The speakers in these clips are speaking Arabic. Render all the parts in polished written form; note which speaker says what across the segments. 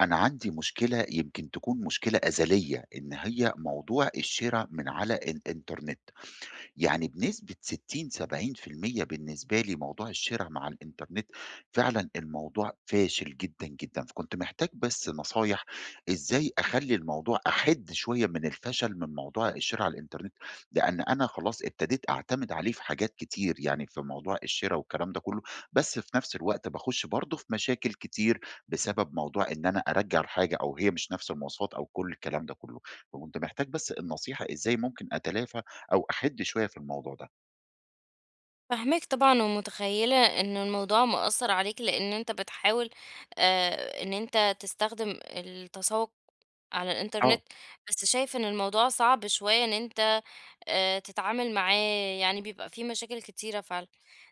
Speaker 1: أنا عندي مشكلة يمكن تكون مشكلة أزلية، إن هي موضوع الشِرا من على الإنترنت. يعني بنسبة 60، 70% بالنسبة لي موضوع الشِرا مع الإنترنت فعلًا الموضوع فاشل جدًا، جدًا، فكنت محتاج بس نصايح إزاي أخلّي الموضوع أحِد شوية من الفشل من موضوع الشِرا على الإنترنت، لإن أنا خلاص ابتديت أعتمد عليه في حاجات كتير، يعني في موضوع الشِرا والكلام ده كُلّه، بس في نفس الوقت باخُش برضه في مشاكل كتير بسبب موضوع إن أنا أرجّع الحاجة أو هي مش نفس المواصفات أو كل الكلام ده كُلّه، فكنت محتاج بس النصيحة إزاي ممكن أتلافى أو أحِدّ شوية في الموضوع ده.
Speaker 2: فاهماك طبعًا ومتخيّلة إن الموضوع مأثّر عليك، لإن أنت بتحاول إن أنت تستخدم التسوق على الإنترنت،
Speaker 1: آه،
Speaker 2: بس شايف إن الموضوع صعب شوية إن أنت تتعامل معاه، يعني بيبقى في مشاكل كتيرة فعلًا.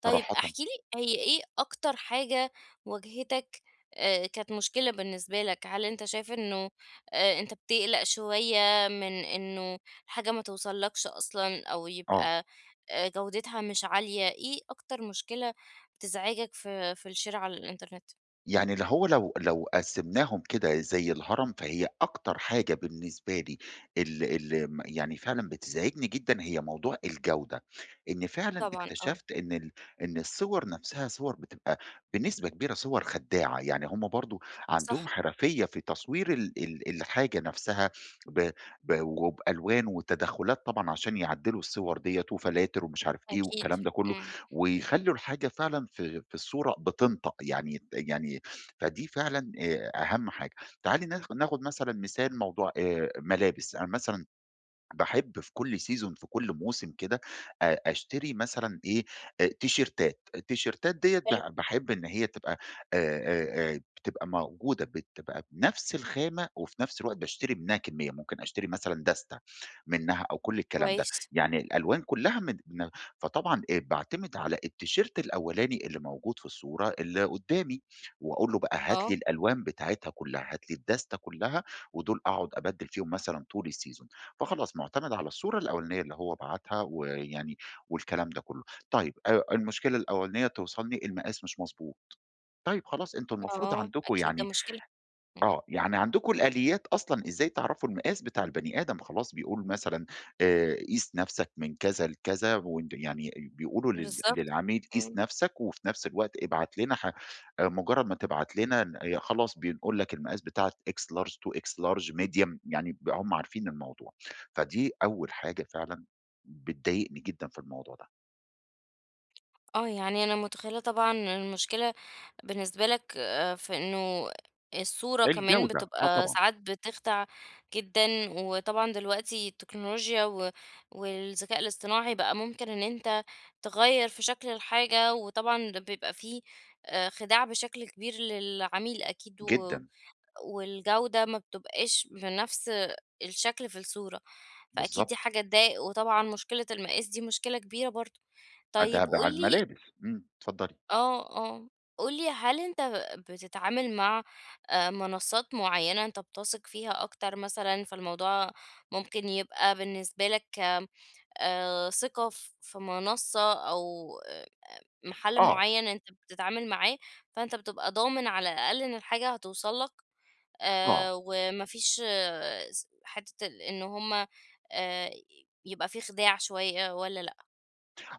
Speaker 2: طيب
Speaker 1: صراحةً،
Speaker 2: احكِ لي هي إيه أكتر حاجة واجهتك كانت مشكلة بالنسبة لك؟ هل أنت شايف إنه أنت بتقلق شوية من إنه الحاجة ما توصلكش أصلًا أو
Speaker 1: آه.
Speaker 2: يبقى جودتها مش عالية؟ إيه أكتر مشكلة بتزعجك في الشِرا على الإنترنت؟
Speaker 1: يعني اللي هو لو قسّمناهم كده زي الهرم، فهي أكتر حاجة بالنسبة لي اللي يعني فعلًا بتزعجني جدًا هي موضوع الجودة، إن فعلًا
Speaker 2: طبعًا آه،
Speaker 1: اكتشفت إن الصور نفسها صور بتبقى بنسبة كبيرة صور خداعة، يعني هم برضه عندهم
Speaker 2: صح،
Speaker 1: حرفية في تصوير ال ال الحاجة نفسها ب ب وبألوان وتدخلات طبعًا عشان يعدّلوا الصور ديّة وفلاتر ومش عارف إيه
Speaker 2: أكيد،
Speaker 1: والكلام ده كله،
Speaker 2: إمم،
Speaker 1: ويخلّوا الحاجة فعلًا في الصورة بتنطق يعني. فدي فعلًا أهم حاجة. تعالي ناخد مثلًا مثال موضوع ملابس. أنا مثلًا باحب في كل سيزون في كل موسم كده أشتري مثلًا إيه، تيشيرتات. التيشيرتات ديّة ب
Speaker 2: حلو،
Speaker 1: باحب إن هي تبقى بتبقى موجودة بتبقى بنفس الخامة، وفي نفس الوقت باشتري منها كمية، ممكن أشتري مثلًا دستة منها أو كل الكلام ده.
Speaker 2: كويس.
Speaker 1: يعني الألوان كلها من من فطبعًا باعتمد على التيشيرت الأولاني اللي موجود في الصورة اللي قدّامي، وأقول له بقى هات لي
Speaker 2: آه،
Speaker 1: الألوان بتاعتها كلها، هات لي الدستة كلها، ودول أقعد أبدّل فيهم مثلًا طول السيزون. فخلاص معتمد على الصورة الأولانية اللي هو بعتها ويعني والكلام ده كله. طيب المشكلة الأولانية توصلني المقاس مش مضبوط. طيب خلاص أنتم المفروض
Speaker 2: آه،
Speaker 1: عندكم
Speaker 2: أكيد ده
Speaker 1: يعني.
Speaker 2: مشكلة،
Speaker 1: آه، يعني عندكم الآليات أصلًا إزاي تعرفوا المقاس بتاع البني آدم، خلاص بيقول مثلًا قيس نَفْسك من كذا لكذا، وأنت يعني بيقولوا
Speaker 2: بالضبط،
Speaker 1: للعميل قيس
Speaker 2: إمم،
Speaker 1: نَفْسك وفي نَفْس الوقت ابعت لنا ح مجرّد ما تبعت لنا ن خلاص بنقول لك المقاس بتاعة X large to X large medium يعني ب هم عارفين الموضوع. فدي أول حاجة فعلًا بتضايقني جدًا في الموضوع ده.
Speaker 2: آه، يعني أنا متخيلة طبعًا المشكلة بالنسبة لك في إنه الصورة كمان
Speaker 1: الجودة، آه
Speaker 2: بتبقى
Speaker 1: طبعًا،
Speaker 2: ساعات بتخدع جدًا، وطبعًا دلوقتي التكنولوجيا والذكاء الاصطناعي بقى ممكن إن أنت تغيّر في شكل الحاجة، وطبعًا ده بيبقى في خداع بشكل كبير للعميل أكيد
Speaker 1: جدًا،
Speaker 2: والجودة ما بتبقاش بنفس الشكل في الصورة، فأكيد دي
Speaker 1: بالضبط.
Speaker 2: حاجة تضايق، وطبعًا مشكلة المقاس دي مشكلة كبيرة برضه.
Speaker 1: آه، ده
Speaker 2: طيب
Speaker 1: ب
Speaker 2: قُل
Speaker 1: على
Speaker 2: لي
Speaker 1: الملابس، إمم، اتفضّلي.
Speaker 2: آه، آه، قُل لي هل أنت بتتعامل مع منصات معيّنة أنت بتثق فيها أكتر مثلًا، فالموضوع ممكن يبقى بالنسبة لك ثقة في منصة أو آه، محل
Speaker 1: آه،
Speaker 2: معيّن أنت بتتعامل معاه، فأنت بتبقى ضامن على الأقل إن الحاجة هتوصل لك؟
Speaker 1: آه.
Speaker 2: وما فيش آه، س حتّة ال إن هُم آآ يبقى في خداع شوية والّا لأ؟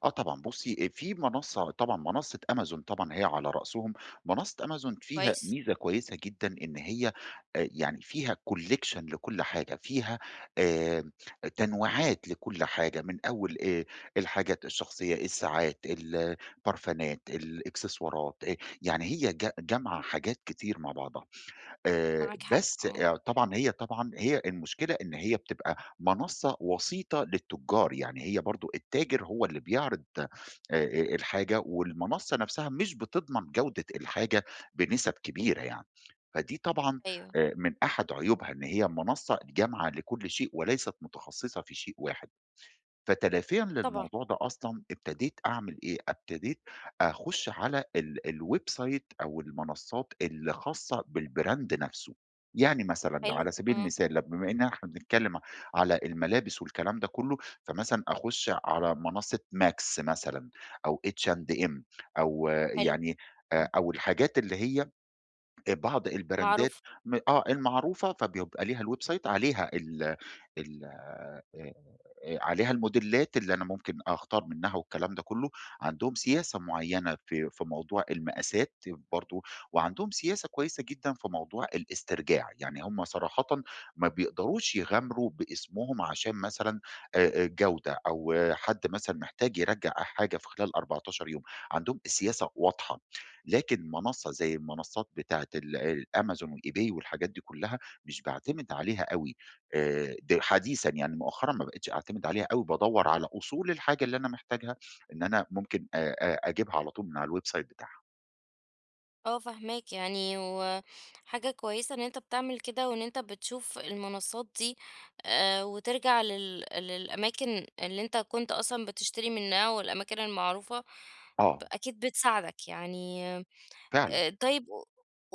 Speaker 1: آه طبعًا بُصّي، في منصّة، طبعًا منصّة أمازون، طبعًا هي على رأسهم. منصّة أمازون فيها
Speaker 2: كويس،
Speaker 1: ميزة كويسة جدًا، إن هي يعني فيها collection لكل حاجة، فيها آآ تنويعات لكل حاجة، من أول الحاجات الشخصية، الساعات، البرفانات، الإكسسوارات. يعني هي جامعة حاجات كتير مع بعضها.
Speaker 2: معاك حق
Speaker 1: بس
Speaker 2: آه،
Speaker 1: طبعًا هي المشكلة إن هي بتبقى منصّة وسيطة للتُجّار، يعني هي برضه التاجر هو اللي بيعرض الحاجة، والمنصّة نَفْسها مش بتضمن جودة الحاجة بنسب كبيرة يعني. فدي طبعًا
Speaker 2: أيوه،
Speaker 1: من أحد عيوبها إن هي منصّة جامعة لكل شيء وليست متخصّصة في شيء واحد. فتلافيًا
Speaker 2: طبعًا،
Speaker 1: للموضوع ده أصلًا ابتديت أعمل إيه، ابتديت أخُش على الwebsite أو المنصات اللي خاصة بالbrand نفسه. يعني مثلًا
Speaker 2: حلو،
Speaker 1: على سبيل
Speaker 2: آه،
Speaker 1: المثال بما إن إحنا بنتكلم على الملابس والكلام ده كلّه، فمثلًا أخُش على منصة Max مثلًا، أو H&M، أو آه،
Speaker 2: حلو،
Speaker 1: يعني
Speaker 2: إمم،
Speaker 1: أو الحاجات اللي هي بعض البراندات
Speaker 2: معروف،
Speaker 1: م آه المعروفة، فبيبقى ليها الwebsite، عليها ال ال آآ عليها الموديلات اللي أنا ممكن أختار منها والكلام ده كله. عندهم سياسة معيّنة في موضوع المقاسات برضه، وعندهم سياسة كويسة جدًا في موضوع الاسترجاع. يعني هم صراحةً ما بيقدروش يغامروا باسمهم، عشان مثلًا جودة، أو آه، حد مثلًا محتاج يرجّع حاجة في خلال 14 يوم، عندهم السياسة واضحة. لكن منصة زي المنصات بتاعة الأمازون وEbay والحاجات دي كلها مش باعتمد عليها أوي. د حديثًا، يعني مؤخرًا، ما بقيتش أعتمد عليها أوي، بادوّر على أصول الحاجة اللي أنا محتاجها، إن أنا ممكن أجيبها على طول من على الwebsite بتاعها.
Speaker 2: آه فاهماك يعني، وحاجة كويسة إن أنت بتعمل كده وإن أنت بتشوف المنصات دي وترجع للأماكن اللي أنت كنت أصلًا بتشتري منها والأماكن المعروفة ب
Speaker 1: آه،
Speaker 2: أكيد بتساعدك يعني
Speaker 1: فعلًا.
Speaker 2: طيب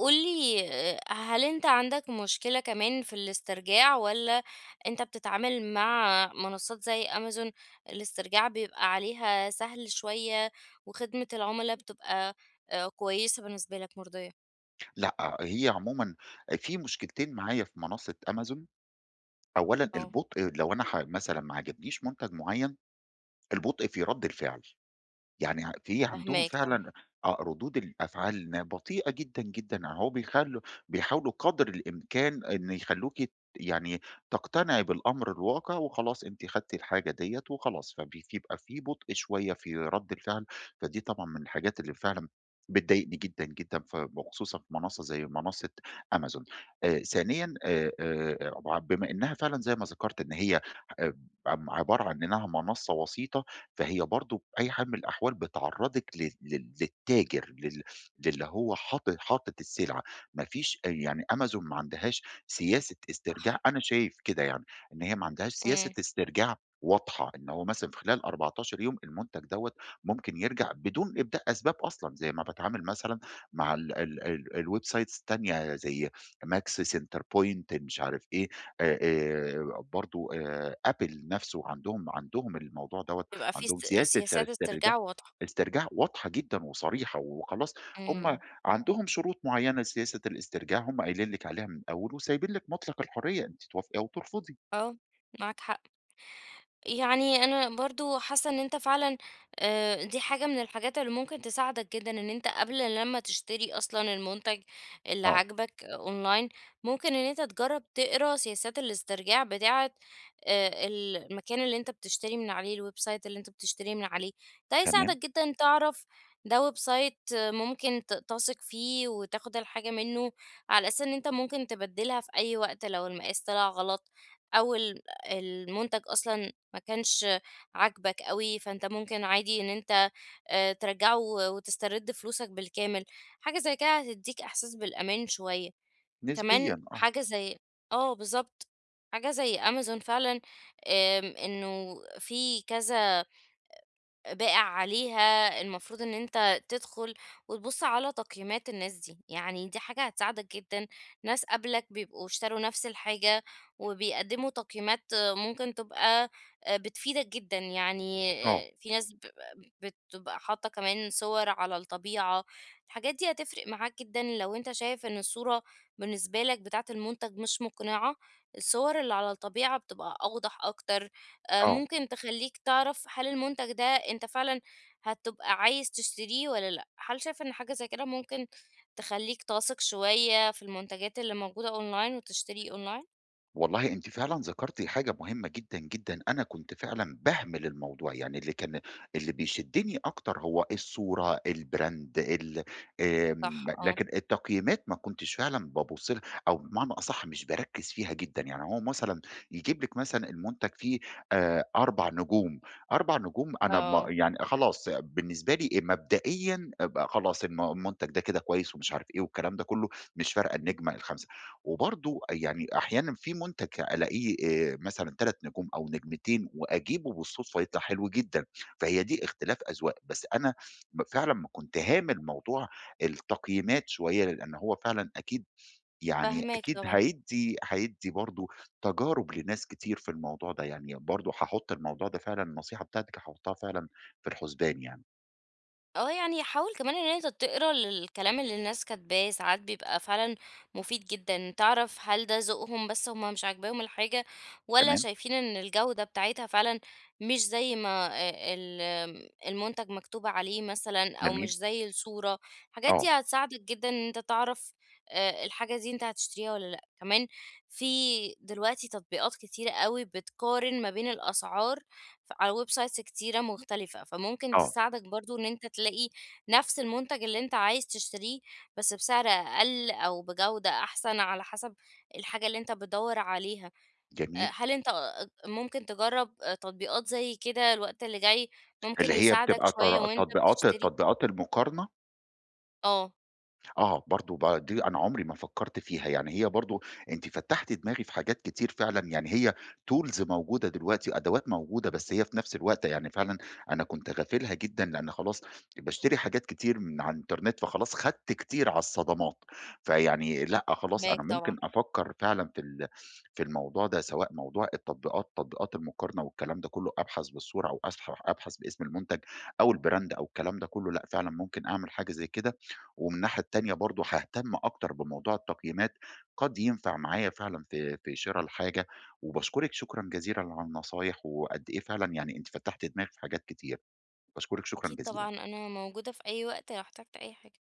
Speaker 2: قُل لي هل أنت عندك مشكلة كمان في الاسترجاع والّا أنت بتتعامل مع منصات زي أمازون الاسترجاع بيبقى عليها سهل شوية وخدمة العُملا بتبقى كويسة بالنسبة لك مرضية؟
Speaker 1: لأ، هي عمومًا في مشكلتين معايا في منصة أمازون. أولًا
Speaker 2: آه،
Speaker 1: البطء، لو أنا ح مثلًا ما عجبنيش منتج معيّن، البطء في رَد الفعل. يعني ع في عندهم
Speaker 2: فاهماك طبعًا،
Speaker 1: فعلًا آه، ردود الأفعال بطيئة جدًا، جدًا. يعني بيخلّوا بيحاولوا قدر الإمكان إن يخلّوكِ ت يعني تقتنعي بالأمر الواقع وخلاص أنتِ خدتِ الحاجة ديّة وخلاص. بيبقى في بطء شوية في رَد الفعل. فدي طبعًا من الحاجات اللي فعلًا بتضايقني جدًا، جدًا، ف وخصوصًا في منصة زي منصة أمازون. ثانيًا، بما إنها فعلًا زي ما ذكرت إن هي آآ عبارة عن إنها منصة وسيطة، فهي برضه بأي حال من الأحوال بتعرّضِك لل لل للتاجر، للي هو حاطط السلعة. ما فيش يعني أمازون ما عندهاش سياسة استرجاع أنا شايف كده يعني، إن هي ما عندهاش سياسة
Speaker 2: إمم،
Speaker 1: استرجاع واضحة. إن هو مثلًا في خلال 14 يوم المنتج دوّة ممكن يرجع بدون إبداء أسباب أصلًا. زي ما باتعامل مثلًا مع ال ال ال الweb sites التانية زي Max، Centerpoint، مش عارف إيه، برضه Apple نَفْسه عندهم الموضوع دوّة.
Speaker 2: بيبقى في
Speaker 1: عندهم زيادة
Speaker 2: سياسات استرجاع واضحة،
Speaker 1: استرجاع واضحة جدًا وصريحة. وخلاص، هم
Speaker 2: إمم،
Speaker 1: عندهم شروط معيّنة لسياسة الاسترجاع، هم قايلين لِك عليها من الأول، وسايبين لِك مطلق الحرية أنتِ توافقي أو ترفضي.
Speaker 2: آه، معاك حق. يعني أنا برضو حاسة إن أنت فعلا آه، دي حاجة من الحاجات اللي ممكن تساعدك جدا إن أنت قبل لما تشتري أصلا المنتج اللي
Speaker 1: آه،
Speaker 2: عاجبك أونلاين ممكن إن أنت تجرب تقرا سياسات الاسترجاع بتاعة آه، المكان اللي أنت بتشتري من عليه الويب سايت اللي أنت بتشتري من عليه ده
Speaker 1: تمام،
Speaker 2: هيساعدك جدا تعرف ده ويب سايت آه، ممكن تثق فيه وتاخد الحاجة منه على أساس إن أنت ممكن تبدلها في أي وقت لو المقاس طلع غلط أو المنتج اصلا ما كانش عاجبك أوي، فأنت ممكن عادي إن أنت ترجّعه وتسترد فلوسك بالكامل، حاجة زي كده هتدّيك إحساس بالأمان شوية، كمان
Speaker 1: نسبيًا آه،
Speaker 2: حاجة زي آه بالضبط، حاجة زي أمازون فعلًا آمم إنه في كذا باقع عليها، المفروض إن أنت تدخل وتبُص على تقييمات الناس دي، يعني دي حاجة هتساعدك جدًا، ناس قبلك بيبقوا اشتروا نفس الحاجة وبيقدموا تقييمات آه، ممكن تبقى بتفيدك جدًا، يعني
Speaker 1: آه،
Speaker 2: في ناس بتبقى حاطة كمان صور على الطبيعة، الحاجات دي هتفرق معاك جدًا لو أنت شايف إن الصورة بالنسبة لك بتاعة المنتج مش مقنعة، الصور اللي على الطبيعة بتبقى أوضح أكتر،
Speaker 1: آه.
Speaker 2: ممكن تخلّيك تعرف هل المنتج ده أنت فعلًا هتبقى عايز تشتريه والّا لأ؟ هل شايف إن حاجة زي كده ممكن تخلّيك تثق شوية في المنتجات اللي موجودة online وتشتري online؟
Speaker 1: والله أنتِ فعلًا ذكرتِ حاجة مهمة جدًا، جدًا. أنا كنت فعلًا باهمل الموضوع، يعني اللي بيشدني أكتر هو الصورة، الbrand، آمم،
Speaker 2: صح آه،
Speaker 1: لكن التقييمات ما كنتش فعلًا بابُص لها، أو بمعنى أصح مش باركّز فيها جدًا. يعني هو مثلًا يجيب لِك مثلًا المنتج فيه 4 نجوم، 4 نجوم أنا ما
Speaker 2: آه،
Speaker 1: يعني خلاص بالنسبة لي مبدئيًا، أبقى خلاص المنتج ده كده كويس ومش عارف إيه والكلام ده كلّه، مش فارقة النجمة الخام. وبرضه يعني أحيانًا في منتج ألاقيه مثلًا 3 نجوم أو نجمتين، وأجيبه بالصدفة، يطلع حلو جدًا. فهي دي اختلاف أذواق. بس أنا فعلًا ما كنت هامل موضوع التقييمات شوية، لأن هو فعلًا أكيد، يعني
Speaker 2: فاهماك
Speaker 1: أكيد
Speaker 2: طبعًا.
Speaker 1: هيدّي برضه تجارب لناس كتير في الموضوع ده. يعني برضه هاحُط الموضوع ده، فعلًا النصيحة بتاعتِك هاحُطها فعلًا في الحُسبان يعني.
Speaker 2: آه، يعني حاول كمان إن أنت تقرا الكلام اللي الناس كاتباه، ساعات بيبقى فعلًا مفيد جدًا، تعرف هل ده ذوقهم بس هُم مش عاجباهم الحاجة، والّا
Speaker 1: تمام،
Speaker 2: شايفين إن الجودة بتاعتها فعلًا مش زي ما ال المنتج مكتوب عليه مثلًا، أو
Speaker 1: جميل،
Speaker 2: مش زي الصورة، الحاجات دي
Speaker 1: آه،
Speaker 2: هتساعدك جدًا إن أنت تعرف الحاجة دي أنت هتشتريها والّا لأ، كمان في دلوقتي تطبيقات كتيرة أوي بتقارن ما بين الأسعار ف على ويب سايتس كتيرة مختلفة، فممكن
Speaker 1: آه،
Speaker 2: تساعدك برضه إن أنت تلاقي نفس المنتج اللي أنت عايز تشتريه، بس بسعر أقل أو بجودة أحسن على حسب الحاجة اللي أنت بتدوّر عليها.
Speaker 1: جميل.
Speaker 2: هل أنت ممكن تجرّب تطبيقات زي كده الوقت اللي جاي ممكن
Speaker 1: اللي هي
Speaker 2: يساعدك
Speaker 1: بتبقى
Speaker 2: شوية وأنت
Speaker 1: تطبيقات
Speaker 2: بتشتري؟
Speaker 1: المقارنة؟
Speaker 2: آه،
Speaker 1: آه، برضه دي أنا عمري ما فكّرت فيها. يعني هي برضه أنتِ فتّحتِ دماغي في حاجات كتير فعلًا. يعني هي tools موجودة دلوقتي، أدوات موجودة، بس هي في نفس الوقت يعني فعلًا أنا كنت غافلها جدًا، لإن خلاص باشتري حاجات كتير من على الإنترنت، فخلاص خدت كتير على الصدمات. فيعني لأ، خلاص
Speaker 2: فاهماك
Speaker 1: أنا ممكن
Speaker 2: طبعًا،
Speaker 1: أفكّر فعلًا في الموضوع ده، سواء موضوع التطبيقات، تطبيقات المقارنة والكلام ده كلّه. أبحث بالصورة، أو أبحث باسم المنتج أو الbrand أو الكلام ده كلّه، لأ، فعلًا ممكن أعمل حاجة زي كده. ومن الناحية التانية برضه هاهتم أكتر بموضوع التقييمات، قد ينفع معايا فعلًا في شِرا الحاجة. وباشكرِك شكرًا جزيلًا على النصايح، وقد إيه فعلًا يعني أنتِ فتّحتِ دماغي في حاجات كتير. باشكرِك شكرًا
Speaker 2: أكيد طبعًا،
Speaker 1: جزيلًا.
Speaker 2: أنا موجودة في أي وقت لو احتجت أي حاجة.